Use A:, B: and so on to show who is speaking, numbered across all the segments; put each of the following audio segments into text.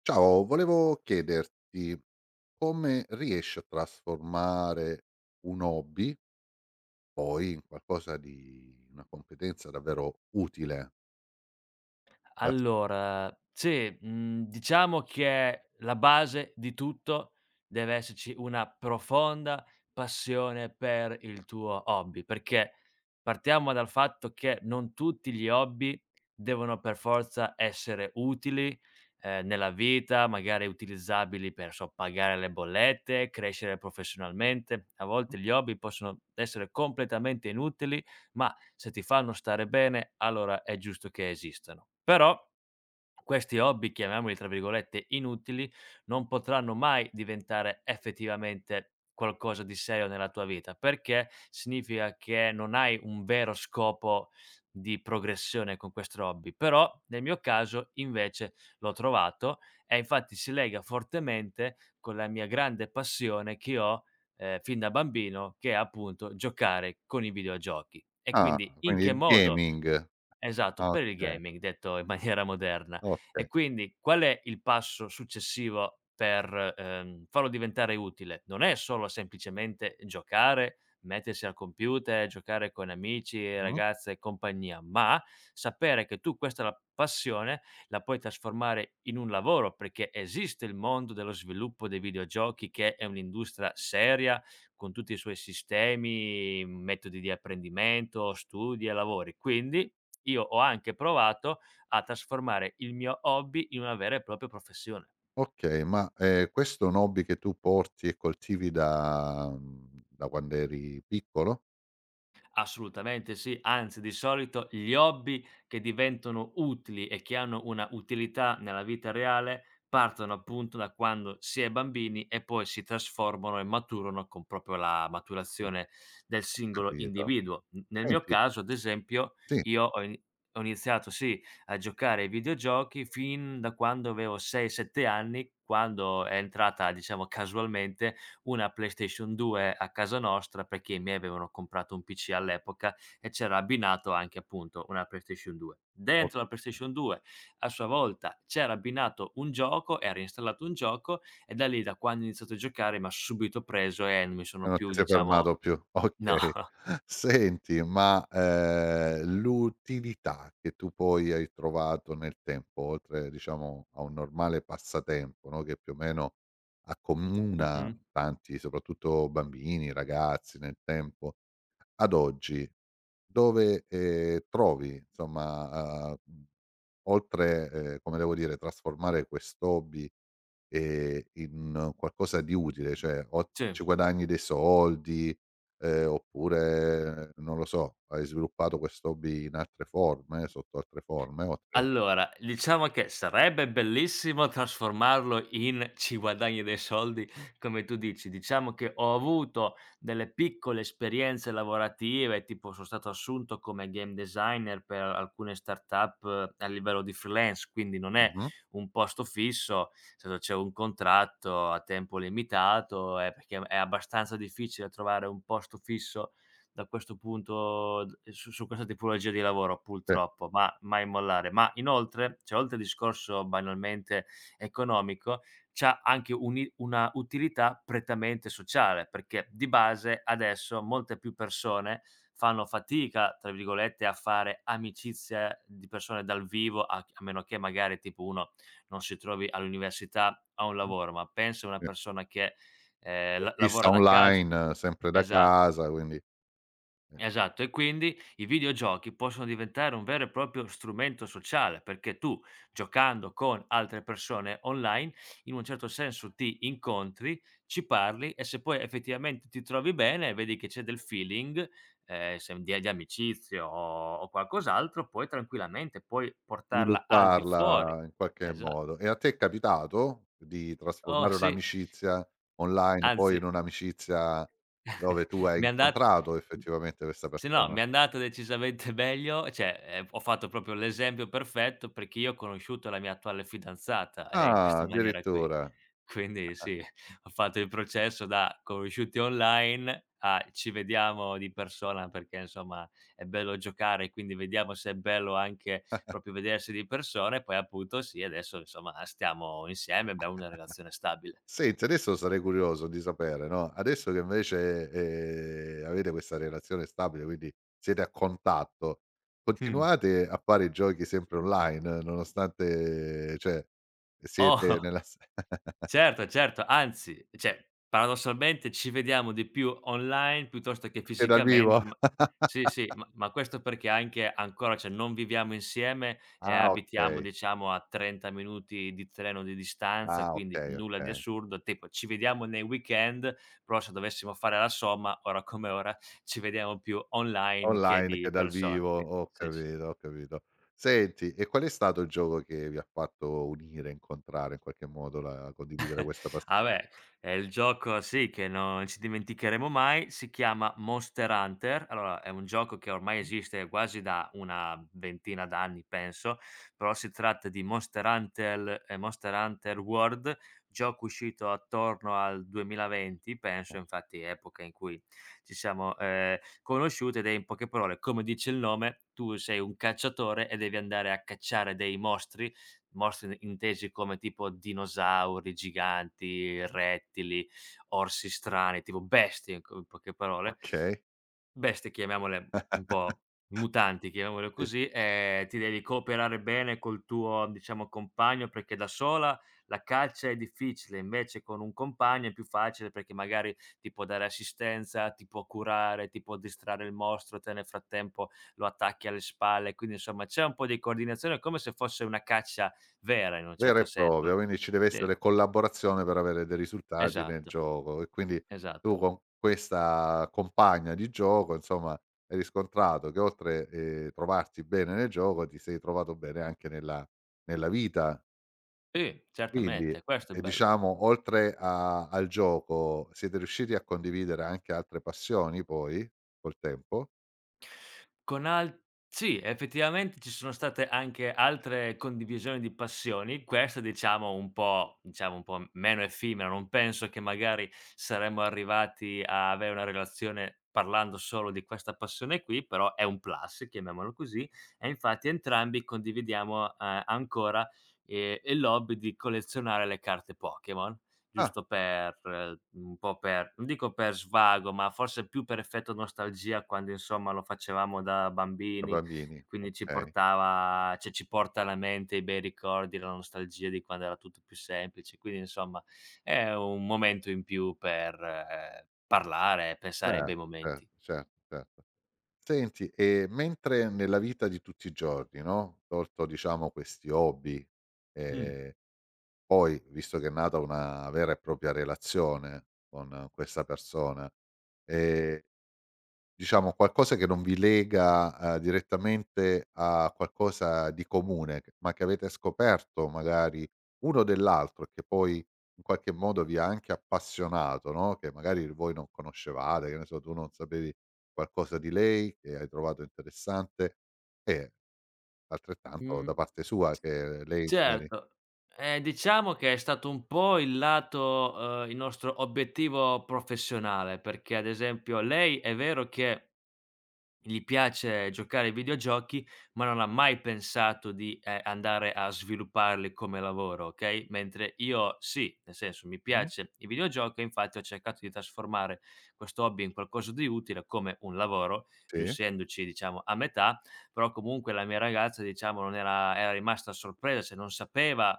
A: Ciao, volevo chiederti come riesci a trasformare un hobby poi in qualcosa di una competenza davvero utile da s
B: Allora, sì, diciamo che la base di tutto deve esserci una profonda passione per il tuo hobby, perché partiamo dal fatto che non tutti gli hobby devono per forza essere utili, nella vita, magari utilizzabili per, so, pagare le bollette, crescere professionalmente. A volte gli hobby possono essere completamente inutili, ma se ti fanno stare bene, allora è giusto che esistano. Però questi hobby, chiamiamoli tra virgolette "inutili", non potranno mai diventare effettivamente qualcosa di serio nella tua vita, perché significa che non hai un vero scopo di progressione con questo hobby. Però nel mio caso invece l'ho trovato e infatti si lega fortemente con la mia grande passione che ho fin da bambino, che è appunto giocare con i videogiochi. E
A: ah,
B: quindi in
A: quindi
B: che
A: il
B: modo?
A: gaming.
B: Esatto,
A: Ah,
B: per il
A: okay,
B: gaming, detto in maniera moderna.
A: okay.
B: E quindi qual è il passo successivo per, farlo diventare utile? Non è solo semplicemente giocare, mettersi al computer, giocare con amici,
A: Mh-mh.
B: ragazze e compagnia, ma sapere che tu questa la passione la puoi trasformare in un lavoro, perché esiste il mondo dello sviluppo dei videogiochi che è un'industria seria, con tutti i suoi sistemi, metodi di apprendimento, studi e lavori. Quindi io ho anche provato a trasformare il mio hobby in una vera e propria professione.
A: Okay, ma, questo è un hobby che tu porti e coltivi da da quand'eri piccolo?
B: Assolutamente sì, anzi di solito gli hobby che diventano utili e che hanno una utilità nella vita reale partono appunto da quando si è bambini e poi si trasformano e maturano con proprio la
A: Ho
B: maturazione del singolo
A: capito.
B: individuo. Nel mio
A: Senti
B: caso, ad esempio,
A: sì,
B: io ho, in- ho iniziato sì a giocare ai videogiochi fin da quando avevo 6-7 anni, quando è entrata diciamo casualmente una PlayStation 2 a casa nostra, perché i miei avevano comprato un PC all'epoca e c'era abbinato anche appunto una PlayStation 2.
A: o
B: Dentro la PlayStation 2 a sua volta c'era abbinato un gioco, era installato un gioco e da lì, da quando ho iniziato a giocare, m'ha subito preso e non mi
A: E
B: sono
A: non ti
B: più,
A: sei
B: diciamo,
A: fermato più,
B: no.
A: okay. Senti, ma, l'utilità che tu poi hai trovato nel tempo, oltre diciamo a un normale passatempo, no, che più o meno accomuna
B: Mh-mh.
A: tanti, soprattutto bambini, ragazzi nel tempo, ad oggi dove, trovi insomma, oltre, come devo dire, trasformare quest'hobby, in qualcosa di utile, cioè o
B: Sì.
A: ci guadagni dei soldi, oppure non lo so, hai sviluppato quest'hobby in altre forme, sotto altre forme, oltre
B: Allora, diciamo che sarebbe bellissimo trasformarlo in "ci guadagni dei soldi", come tu dici. Diciamo che ho avuto delle piccole esperienze lavorative, tipo son stato assunto come game designer per alcune startup a livello di freelance, quindi non è
A: mh-mh,
B: un posto fisso, solo c'è un contratto a tempo limitato, perché è abbastanza difficile trovare un posto fisso da questo punto d su su questa tipologia di lavoro
A: sì,
B: purtroppo, ma mai mollare. Ma inoltre, cioè oltre al discorso banalmente economico, c'ha anche un'i una utilità prettamente sociale, perché di base adesso molte più persone fanno fatica, tra virgolette, a fare amicizie di persone dal vivo, a meno che magari tipo uno non si trovi all'università a un
A: mh,
B: lavoro, ma pensa a una
A: sì.
B: persona che,
A: È
B: la
A: fissa
B: lavora da cas
A: online, sempre da
B: esa
A: casa, quindi eh.
B: Esatto, e quindi i videogiochi possono diventare un vero e proprio strumento sociale, perché tu giocando con altre persone online, in un certo senso ti incontri, ci parli e se poi effettivamente ti trovi bene, vedi che c'è del feeling, se di amicizia o qualcos'altro, puoi tranquillamente poi portarla al di fuori.
A: Svilupparla in qualche
B: Esa
A: modo. E a te è capitato di
B: Oh,
A: trasformare
B: sì,
A: un'amicizia online poi in
B: anzi,
A: un'amicizia dove tu hai
B: mi è andat
A: incontrato effettivamente questa
B: se no
A: persona?
B: mi è andata decisamente meglio, cioè, ho fatto proprio l'esempio perfetto perché io ho conosciuto la mia attuale fidanzata, in
A: Ah,
B: questa maniera qui.
A: addirittura.
B: Quindi sì, ho fatto il processo da conosciuti online a ci vediamo di persona perché insomma è bello giocare, quindi vediamo se è bello anche proprio vedersi di persona e poi appunto sì, adesso insomma stiamo insieme, abbiamo una relazione stabile.
A: Senti, adesso sarei curioso di sapere, no, adesso che invece, avete questa relazione stabile, quindi siete a contatto,
B: Mh.
A: continuate a fare i giochi sempre online nonostante cioè siete
B: Oh.
A: nella s
B: Certo, certo, anzi, cioè paradossalmente ci vediamo di più online piuttosto che
A: anche dal vivo?
B: fisicamente, ma sì, sì, ma questo perché anche ancora, cioè non viviamo insieme e
A: Ah,
B: abitiamo
A: okay.
B: diciamo a 30 minuti di treno di distanza,
A: Ah,
B: quindi
A: okay,
B: nulla di
A: okay.
B: assurdo, tipo ci vediamo nei weekend, però se dovessimo fare la somma, ora come ora, ci vediamo più online che
A: Online che
B: di
A: dal
B: persona,
A: vivo,
B: quindi
A: ho
B: sì, sì.
A: capito, ho capito. Senti, e qual è stato il gioco che vi ha fatto unire, incontrare in qualche modo la condividere questa pas
B: Ah beh, è il gioco sì, che non ci dimenticheremo mai, si chiama Monster Hunter. Allora, è un gioco che ormai
A: mh,
B: esiste quasi da una ventina d'anni, penso, però si tratta di Monster Hunter e Monster Hunter World, gioco uscito attorno al 2020, penso, infatti epoca in cui ci siamo conosciuti ed è in poche parole, come dice il nome, tu sei un cacciatore e devi andare a cacciare dei mostri, mostri intesi come tipo dinosauri, giganti,
A: mh,
B: rettili, orsi strani, tipo bestie, ecco, in poche parole,
A: okay.
B: bestie, chiamiamole un po' mutanti, chiamiamole
A: Sì,
B: così. Ti devi cooperare bene col tuo, diciamo, compagno, perché da sola la caccia è difficile, invece con un compagno è più facile perché magari ti può dare assistenza, ti può curare, ti può distrarre il mostro, te nel frattempo lo attacchi alle spalle, quindi insomma c'è un po' di coordinazione, come se fosse una caccia vera in un
A: vero
B: certo
A: e
B: senso.
A: proprio, quindi ci deve
B: Sì,
A: essere collaborazione per avere dei risultati nel
B: esatto,
A: gioco e quindi tu
B: esatto.
A: con questa compagna di gioco, insomma, hai riscontrato che oltre, trovarti bene nel gioco, ti sei trovato bene anche nella nella vita.
B: Sì,
A: Quindi,
B: certamente, questo è il bello.
A: diciamo oltre a al gioco, siete riusciti a condividere anche altre passioni poi, col tempo?
B: Con al Sì, effettivamente ci sono state anche altre condivisioni di passioni, questa diciamo un po' m meno effimera, non penso che magari saremmo arrivati a avere una relazione parlando solo di questa passione qui, però è un plus, chiamiamolo così, e infatti entrambi condividiamo, il hobby di collezionare le carte Pokémon.
A: Ah,
B: Giusto per un po' per non dico per svago, ma forse più per effetto nostalgia quando insomma lo facevamo da
A: da
B: bambini
A: bambini,
B: e quindi ci
A: okay.
B: portava, cioè ci porta alla mente i bei ricordi, la nostalgia di quando era tutto più semplice. Quindi insomma è un momento in più per parlare e pensare ai
A: Cer
B: bei
A: cer
B: momenti.
A: certo, certo. Senti, e mentre nella vita di tutti i giorni, no, tolto diciamo questi hobby,
B: Mh.
A: ehm, poi visto che è nata una vera e propria relazione con questa persona, ehm. Diciamo qualcosa che non vi lega, direttamente a qualcosa di comune, che ma che avete scoperto magari uno dell'altro e che poi in qualche modo vi ha anche appassionato, no, che magari voi non conoscevate, che ne so, tu non sapevi qualcosa di lei che hai trovato interessante e altrettanto da
B: Mhmm
A: parte sua che lei magari
B: Certo, diciamo che è stato un po' il lato il nostro obiettivo professionale, perché ad esempio lei è vero che gli piace giocare ai videogiochi, ma non ha mai pensato di, andare a svilupparli come lavoro, okay, mentre io sì, nel senso mi
A: mh-mh,
B: piace i videogiochi e infatti ho cercato di trasformare questo hobby in qualcosa di utile come un lavoro,
A: sì,
B: riuscendoci diciamo a metà, però comunque la mia ragazza diciamo non era rimasta sorpresa, cioè non sapeva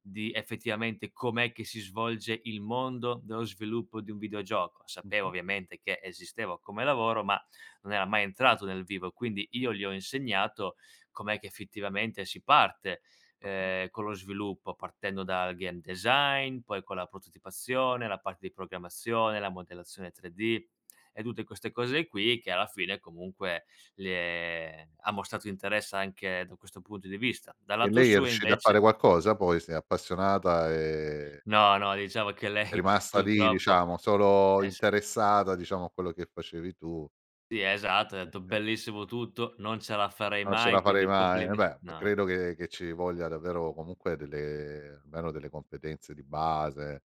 B: di effettivamente com'è che si svolge il mondo dello sviluppo di un videogioco. Sapeva
A: mh-mh,
B: ovviamente che esisteva come lavoro, ma non era mai entrato nel vivo, quindi io gli ho insegnato com'è che effettivamente si parte, con lo sviluppo, partendo dal game design, poi con la prototipazione, la parte di programmazione, la modellazione 3D e tutte queste cose qui che alla fine comunque le ha mostrato interesse anche da questo punto di vista. Dal
A: e
B: lato
A: lei è
B: suo
A: riuscita a fare
B: invece
A: qualcosa poi? Si è appassionata e
B: no, no, diciamo che
A: è
B: lei
A: rimasta lì
B: purtroppo,
A: diciamo, solo
B: es
A: interessata diciamo a quello che facevi tu.
B: sì, esatto, ha detto:
A: Okay.
B: "Bellissimo tutto, non ce la farei
A: Non ce la
B: mai,
A: farei
B: quindi
A: mai. Eh
B: complime",
A: beh,
B: no.
A: credo che ci voglia davvero comunque delle almeno delle competenze di base,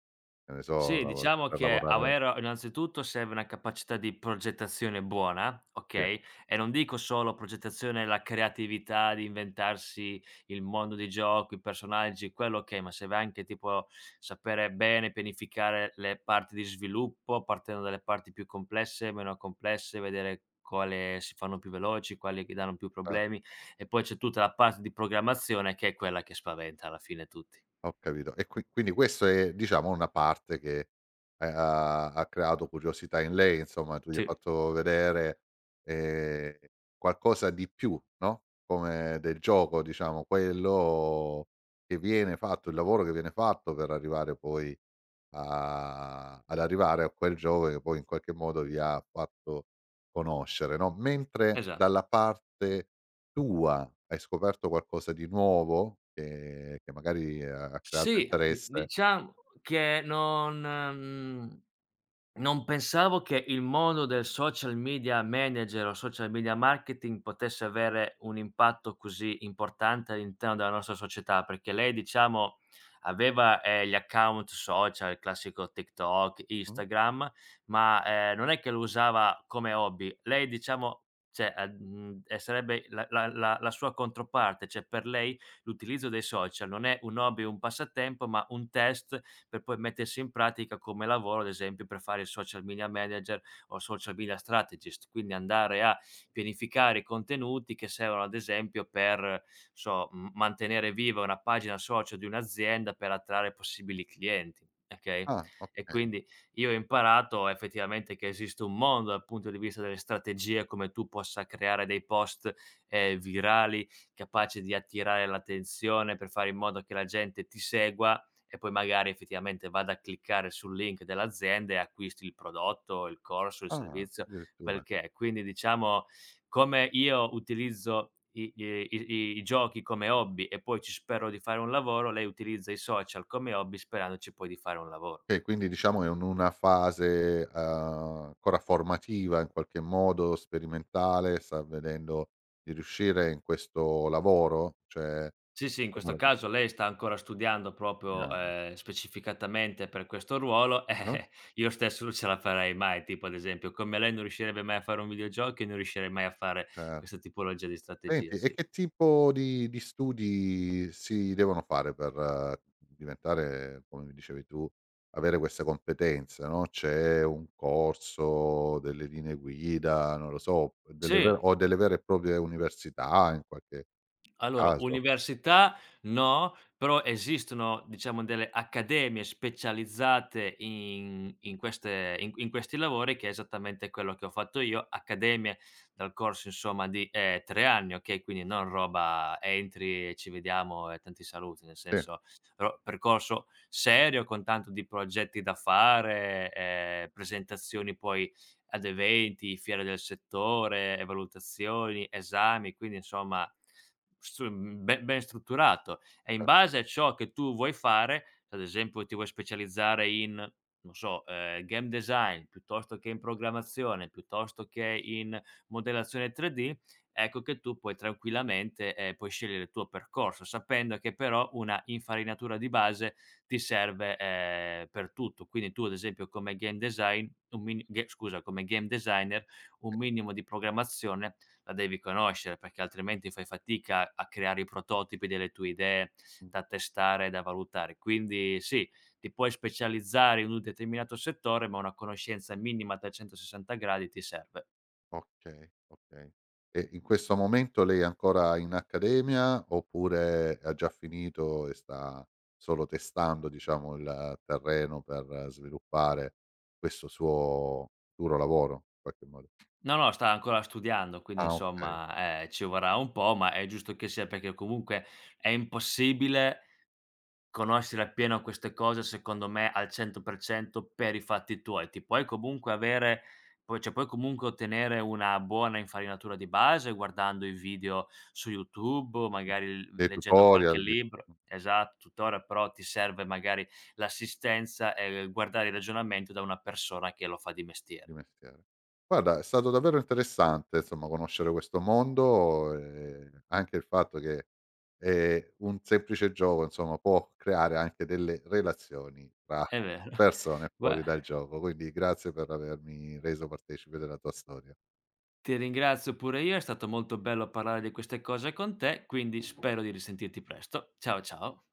A: che ne so,
B: Sì,
A: lavo
B: diciamo
A: per
B: che
A: lavorare
B: avere innanzitutto serve una capacità di progettazione buona,
A: sì,
B: okay, e non dico solo progettazione, la creatività di inventarsi il mondo di gioco, i personaggi, quello okay, ma serve anche tipo sapere bene pianificare le parti di sviluppo, partendo dalle parti più complesse, meno complesse, vedere quale si fanno più veloci, quali che danno più
A: eh.
B: problemi e poi c'è tutta la parte di programmazione che è quella che spaventa alla fine tutti.
A: Ho capito. E qui quindi questo è diciamo una parte che ha creato curiosità in lei, insomma, tu gli hai
B: Sì,
A: fatto vedere, ehm, qualcosa di più, no, come del gioco diciamo, quello che viene fatto, il lavoro che viene fatto per arrivare poi a ad arrivare a quel gioco che poi in qualche modo vi ha fatto conoscere, no, mentre
B: esa
A: dalla parte tua, hai scoperto qualcosa di nuovo che magari ha creato
B: sì, di
A: interesse?
B: diciamo che non pensavo che il mondo del social media manager o social media marketing potesse avere un impatto così importante all'interno della nostra società, perché lei diciamo aveva, gli account social, il classico TikTok,
A: Mh.
B: Instagram, ma, non è che lo usava come hobby. Lei diciamo cioè, e sarebbe la sua controparte, cioè per lei l'utilizzo dei social non è un hobby o un passatempo, ma un test per poi mettersi in pratica come lavoro, ad esempio, per fare il social media manager o social media strategist, quindi andare a pianificare i contenuti che servono, ad esempio, per so, mantenere viva una pagina social di un'azienda per attrarre possibili clienti. Ok?
A: Ah,
B: E
A: okay.
B: quindi io ho imparato effettivamente che esiste un mondo dal punto di vista delle strategie, come tu possa creare dei post virali capaci di attirare l'attenzione per fare in modo che la gente ti segua e poi magari effettivamente vada a cliccare sul link dell'azienda e acquisti il prodotto, il corso, il
A: Ah,
B: servizio, quel
A: addirittura.
B: che è. Quindi diciamo, come io utilizzo i giochi come hobby e poi ci spero di fare un lavoro, lei utilizza i social come hobby sperandoci poi di fare un lavoro.
A: Okay, quindi diciamo è un una fase, ancora formativa in qualche modo, sperimentale, sta vedendo di riuscire in questo lavoro? Cioè,
B: Sì, sì, in
A: da
B: questo
A: quello che
B: caso lei sta ancora studiando proprio,
A: stiamo
B: specificatamente per questo ruolo,
A: no?
B: io stesso non ce la farei mai, tipo ad esempio come lei non riuscirebbe mai a fare un videogioco, io non riuscirei mai a fare
A: Cer
B: questa tipologia di strategia,
A: senti, e
B: sì.
A: che tipo di studi si devono fare per diventare, come mi dicevi tu, avere queste competenze, no, c'è un corso, delle linee guida, non lo so, delle
B: Sì.
A: ver o delle vere e proprie università in qualche
B: Allora,
A: caso?
B: università no, però esistono diciamo delle accademie specializzate in in queste in in questi lavori, che è esattamente quello che ho fatto io, accademie dal corso insomma di, 3 anni, okay, quindi non roba entri e ci vediamo e tanti saluti, nel
A: Sì.
B: senso ro percorso serio con tanto di progetti da fare, presentazioni poi ad eventi, fiere del settore, e valutazioni, esami, quindi insomma stru mhmm, be ben strutturato. E in base a ciò che tu vuoi fare, se ad esempio ti vuoi specializzare in, non so, game design, piuttosto che in programmazione, piuttosto che in modellazione 3D, ecco che tu puoi tranquillamente, puoi scegliere il tuo percorso, sapendo che però una infarinatura di base ti serve, per tutto. Quindi tu ad esempio come game designer un minimo di programmazione la devi conoscere, perché altrimenti fai fatica a creare i prototipi delle tue idee da testare e da valutare. Quindi sì, ti puoi specializzare in un determinato settore, ma una conoscenza minima a 360 gradi ti serve.
A: Okay, okay. E in questo momento lei è ancora in accademia oppure ha già finito e sta solo testando, diciamo, il terreno per sviluppare questo suo futuro lavoro in qualche modo?
B: No, no, sta ancora studiando, quindi
A: Ah okay,
B: insomma, ci vorrà un po', ma è giusto che sia, perché comunque è impossibile conoscere appieno queste cose secondo me al 100% per cento per i fatti tuoi. Ti puoi comunque avere puoi cioè puoi comunque ottenere una buona infarinatura di base guardando i video su YouTube o
A: mh.
B: magari l
A: Dei
B: leggendo qualche
A: tutorial, di
B: libro esatto, tuttora però ti serve magari l'assistenza e guardare il ragionamento da una persona che lo fa di
A: Di
B: mestiere.
A: mestiere. Guarda, è stato davvero interessante, insomma, conoscere questo mondo, anche il fatto che, un semplice gioco, insomma, può creare anche delle relazioni tra
B: È vero.
A: persone
B: Gua
A: fuori dal gioco. Quindi grazie per avermi reso partecipe della tua storia.
B: ti ringrazio pure io, è stato molto bello parlare di queste cose con te, quindi spero di risentirti presto. Ciao, ciao.